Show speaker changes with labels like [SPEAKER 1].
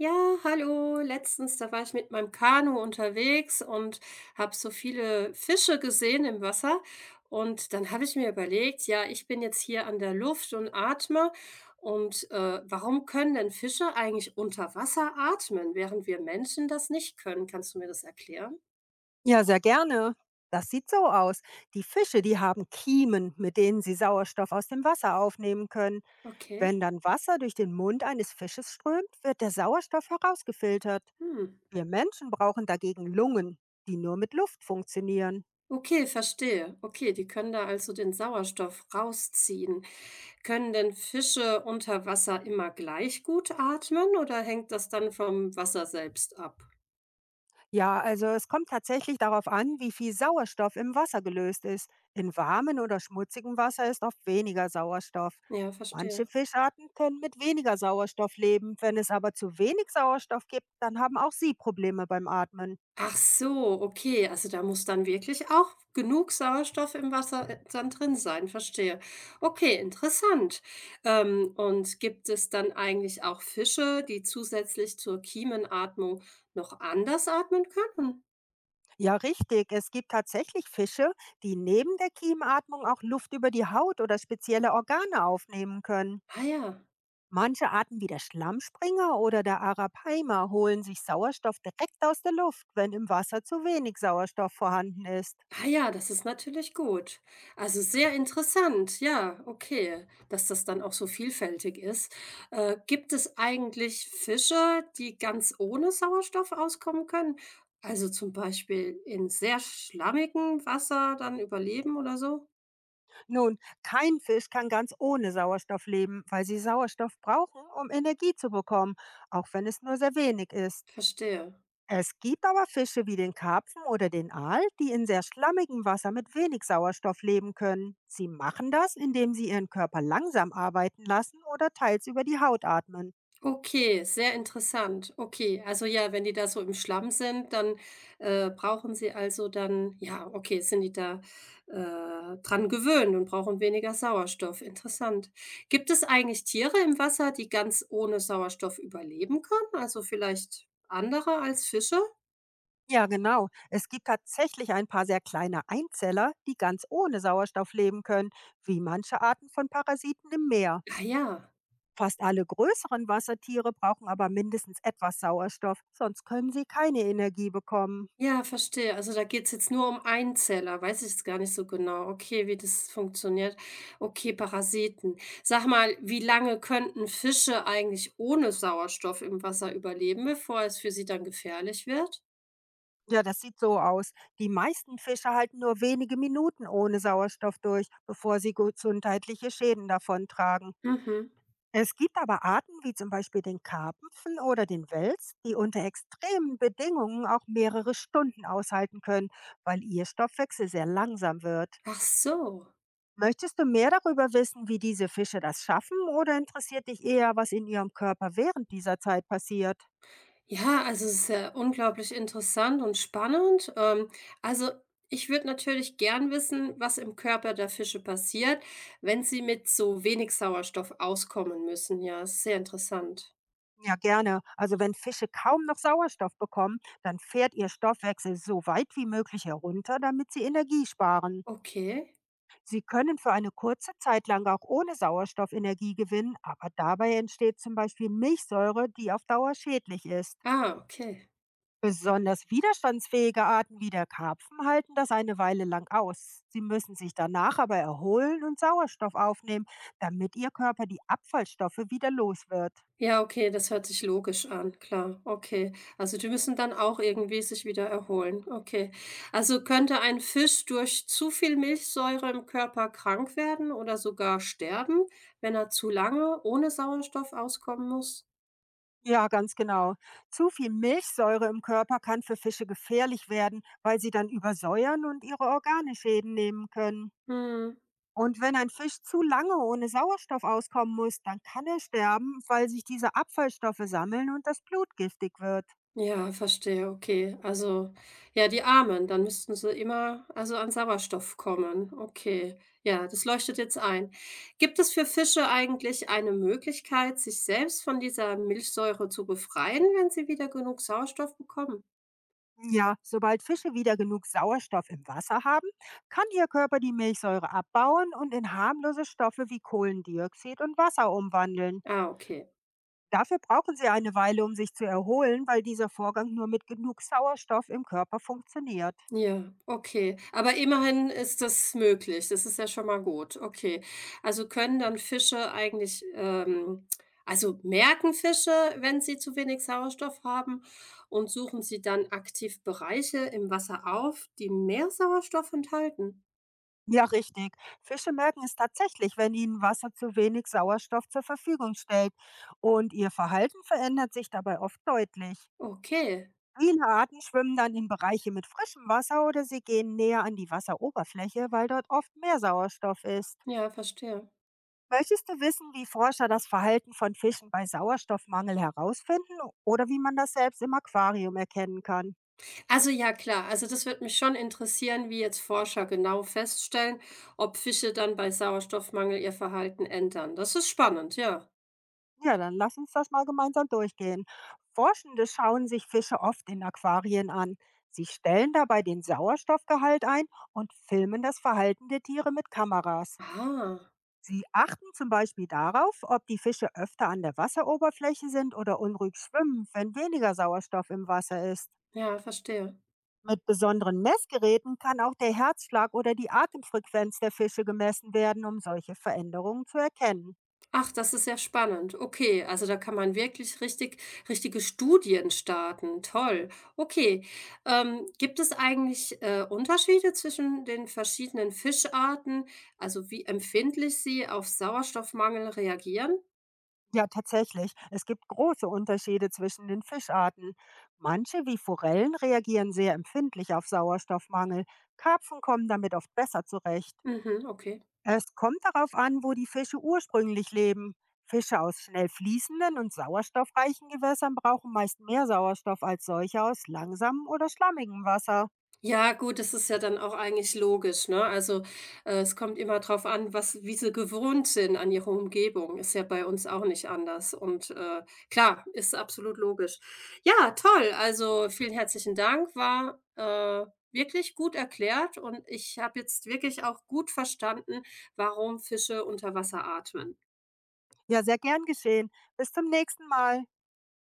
[SPEAKER 1] Ja, hallo. Letztens, da war ich mit meinem Kanu unterwegs und habe so viele Fische gesehen im Wasser. Und dann habe ich mir überlegt, ja, ich bin jetzt hier an der Luft und atme. Warum können denn Fische eigentlich unter Wasser atmen, während wir Menschen das nicht können? Kannst du mir das erklären?
[SPEAKER 2] Ja, sehr gerne. Das sieht so aus. Die Fische, die haben Kiemen, mit denen sie Sauerstoff aus dem Wasser aufnehmen können.
[SPEAKER 1] Okay.
[SPEAKER 2] Wenn dann Wasser durch den Mund eines Fisches strömt, wird der Sauerstoff herausgefiltert.
[SPEAKER 1] Hm.
[SPEAKER 2] Wir Menschen brauchen dagegen Lungen, die nur mit Luft funktionieren.
[SPEAKER 1] Okay, verstehe. Okay, die können da also den Sauerstoff rausziehen. Können denn Fische unter Wasser immer gleich gut atmen oder hängt das dann vom Wasser selbst ab?
[SPEAKER 2] Ja, also es kommt tatsächlich darauf an, wie viel Sauerstoff im Wasser gelöst ist. In warmem oder schmutzigem Wasser ist oft weniger Sauerstoff.
[SPEAKER 1] Ja,
[SPEAKER 2] Manche
[SPEAKER 1] verstehe.
[SPEAKER 2] Fischarten können mit weniger Sauerstoff leben. Wenn es aber zu wenig Sauerstoff gibt, dann haben auch sie Probleme beim Atmen.
[SPEAKER 1] Ach so, okay. Also da muss dann wirklich auch genug Sauerstoff im Wasser dann drin sein, verstehe. Okay, interessant. Und gibt es dann eigentlich auch Fische, die zusätzlich zur Kiemenatmung noch anders atmen können?
[SPEAKER 2] Ja, richtig. Es gibt tatsächlich Fische, die neben der Kiemenatmung auch Luft über die Haut oder spezielle Organe aufnehmen können.
[SPEAKER 1] Ah ja.
[SPEAKER 2] Manche Arten wie der Schlammspringer oder der Arapaima holen sich Sauerstoff direkt aus der Luft, wenn im Wasser zu wenig Sauerstoff vorhanden ist.
[SPEAKER 1] Ah ja, das ist natürlich gut. Also sehr interessant, ja, okay, dass das dann auch so vielfältig ist. Gibt es eigentlich Fische, die ganz ohne Sauerstoff auskommen können? Also zum Beispiel in sehr schlammigem Wasser dann überleben oder so?
[SPEAKER 2] Nun, kein Fisch kann ganz ohne Sauerstoff leben, weil sie Sauerstoff brauchen, um Energie zu bekommen, auch wenn es nur sehr wenig ist.
[SPEAKER 1] Verstehe.
[SPEAKER 2] Es gibt aber Fische wie den Karpfen oder den Aal, die in sehr schlammigem Wasser mit wenig Sauerstoff leben können. Sie machen das, indem sie ihren Körper langsam arbeiten lassen oder teils über die Haut atmen.
[SPEAKER 1] Okay, sehr interessant. Okay, also ja, wenn die da so im Schlamm sind, dann, brauchen sie also dann ja, okay, sind die da, dran gewöhnt und brauchen weniger Sauerstoff. Interessant. Gibt es eigentlich Tiere im Wasser, die ganz ohne Sauerstoff überleben können? Also vielleicht andere als Fische?
[SPEAKER 2] Ja, genau. Es gibt tatsächlich ein paar sehr kleine Einzeller, die ganz ohne Sauerstoff leben können, wie manche Arten von Parasiten im Meer.
[SPEAKER 1] Ah ja.
[SPEAKER 2] Fast alle größeren Wassertiere brauchen aber mindestens etwas Sauerstoff, sonst können sie keine Energie bekommen.
[SPEAKER 1] Ja, verstehe. Also, da geht's jetzt nur um Einzeller. Weiß ich jetzt gar nicht so genau. Okay, wie das funktioniert. Okay, Parasiten. Sag mal, wie lange könnten Fische eigentlich ohne Sauerstoff im Wasser überleben, bevor es für sie dann gefährlich wird?
[SPEAKER 2] Ja, das sieht so aus. Die meisten Fische halten nur wenige Minuten ohne Sauerstoff durch, bevor sie gesundheitliche Schäden davontragen.
[SPEAKER 1] Mhm.
[SPEAKER 2] Es gibt aber Arten wie zum Beispiel den Karpfen oder den Wels, die unter extremen Bedingungen auch mehrere Stunden aushalten können, weil ihr Stoffwechsel sehr langsam wird.
[SPEAKER 1] Ach so.
[SPEAKER 2] Möchtest du mehr darüber wissen, wie diese Fische das schaffen oder interessiert dich eher, was in ihrem Körper während dieser Zeit passiert?
[SPEAKER 1] Ja, also es ist ja unglaublich interessant und spannend. Also ich würde natürlich gern wissen, was im Körper der Fische passiert, wenn sie mit so wenig Sauerstoff auskommen müssen. Ja, ist sehr interessant.
[SPEAKER 2] Ja, gerne. Also wenn Fische kaum noch Sauerstoff bekommen, dann fährt ihr Stoffwechsel so weit wie möglich herunter, damit sie Energie sparen.
[SPEAKER 1] Okay.
[SPEAKER 2] Sie können für eine kurze Zeit lang auch ohne Sauerstoff Energie gewinnen, aber dabei entsteht zum Beispiel Milchsäure, die auf Dauer schädlich ist.
[SPEAKER 1] Ah, okay.
[SPEAKER 2] Besonders widerstandsfähige Arten wie der Karpfen halten das eine Weile lang aus. Sie müssen sich danach aber erholen und Sauerstoff aufnehmen, damit ihr Körper die Abfallstoffe wieder los wird.
[SPEAKER 1] Ja, okay, das hört sich logisch an, klar. Okay. Also die müssen dann auch irgendwie sich wieder erholen. Okay. Also könnte ein Fisch durch zu viel Milchsäure im Körper krank werden oder sogar sterben, wenn er zu lange ohne Sauerstoff auskommen muss?
[SPEAKER 2] Ja, ganz genau. Zu viel Milchsäure im Körper kann für Fische gefährlich werden, weil sie dann übersäuern und ihre Organe Schäden nehmen können.
[SPEAKER 1] Mhm.
[SPEAKER 2] Und wenn ein Fisch zu lange ohne Sauerstoff auskommen muss, dann kann er sterben, weil sich diese Abfallstoffe sammeln und das Blut giftig wird.
[SPEAKER 1] Ja, verstehe, okay. Also, ja, die Armen, dann müssten sie immer also an Sauerstoff kommen. Okay, ja, das leuchtet jetzt ein. Gibt es für Fische eigentlich eine Möglichkeit, sich selbst von dieser Milchsäure zu befreien, wenn sie wieder genug Sauerstoff bekommen?
[SPEAKER 2] Ja, sobald Fische wieder genug Sauerstoff im Wasser haben, kann ihr Körper die Milchsäure abbauen und in harmlose Stoffe wie Kohlendioxid und Wasser umwandeln.
[SPEAKER 1] Ah, okay.
[SPEAKER 2] Dafür brauchen sie eine Weile, um sich zu erholen, weil dieser Vorgang nur mit genug Sauerstoff im Körper funktioniert.
[SPEAKER 1] Ja, okay. Aber immerhin ist das möglich. Das ist ja schon mal gut. Okay. Also können dann Fische eigentlich, also merken Fische, wenn sie zu wenig Sauerstoff haben und suchen sie dann aktiv Bereiche im Wasser auf, die mehr Sauerstoff enthalten.
[SPEAKER 2] Ja, richtig. Fische merken es tatsächlich, wenn ihnen Wasser zu wenig Sauerstoff zur Verfügung stellt. Und ihr Verhalten verändert sich dabei oft deutlich.
[SPEAKER 1] Okay.
[SPEAKER 2] Viele Arten schwimmen dann in Bereiche mit frischem Wasser oder sie gehen näher an die Wasseroberfläche, weil dort oft mehr Sauerstoff ist.
[SPEAKER 1] Ja, verstehe.
[SPEAKER 2] Möchtest du wissen, wie Forscher das Verhalten von Fischen bei Sauerstoffmangel herausfinden oder wie man das selbst im Aquarium erkennen kann?
[SPEAKER 1] Also ja, klar. Also das würde mich schon interessieren, wie jetzt Forscher genau feststellen, ob Fische dann bei Sauerstoffmangel ihr Verhalten ändern. Das ist spannend, ja.
[SPEAKER 2] Ja, dann lass uns das mal gemeinsam durchgehen. Forschende schauen sich Fische oft in Aquarien an. Sie stellen dabei den Sauerstoffgehalt ein und filmen das Verhalten der Tiere mit Kameras.
[SPEAKER 1] Ah.
[SPEAKER 2] Sie achten zum Beispiel darauf, ob die Fische öfter an der Wasseroberfläche sind oder unruhig schwimmen, wenn weniger Sauerstoff im Wasser ist.
[SPEAKER 1] Ja, verstehe.
[SPEAKER 2] Mit besonderen Messgeräten kann auch der Herzschlag oder die Atemfrequenz der Fische gemessen werden, um solche Veränderungen zu erkennen.
[SPEAKER 1] Ach, das ist ja spannend. Okay, also da kann man wirklich richtige Studien starten. Toll. Okay. Gibt es eigentlich, Unterschiede zwischen den verschiedenen Fischarten, also wie empfindlich sie auf Sauerstoffmangel reagieren?
[SPEAKER 2] Ja, tatsächlich. Es gibt große Unterschiede zwischen den Fischarten. Manche, wie Forellen, reagieren sehr empfindlich auf Sauerstoffmangel. Karpfen kommen damit oft besser zurecht.
[SPEAKER 1] Mhm, okay.
[SPEAKER 2] Es kommt darauf an, wo die Fische ursprünglich leben. Fische aus schnell fließenden und sauerstoffreichen Gewässern brauchen meist mehr Sauerstoff als solche aus langsamem oder schlammigem Wasser.
[SPEAKER 1] Ja, gut, das ist ja dann auch eigentlich logisch, ne? Also, es kommt immer drauf an, was wie sie gewohnt sind an ihre Umgebung. Ist ja bei uns auch nicht anders und, klar, ist absolut logisch. Ja, toll, also, vielen herzlichen Dank, war, wirklich gut erklärt und ich habe jetzt wirklich auch gut verstanden, warum Fische unter Wasser atmen.
[SPEAKER 2] Ja, sehr gern geschehen. Bis zum nächsten Mal.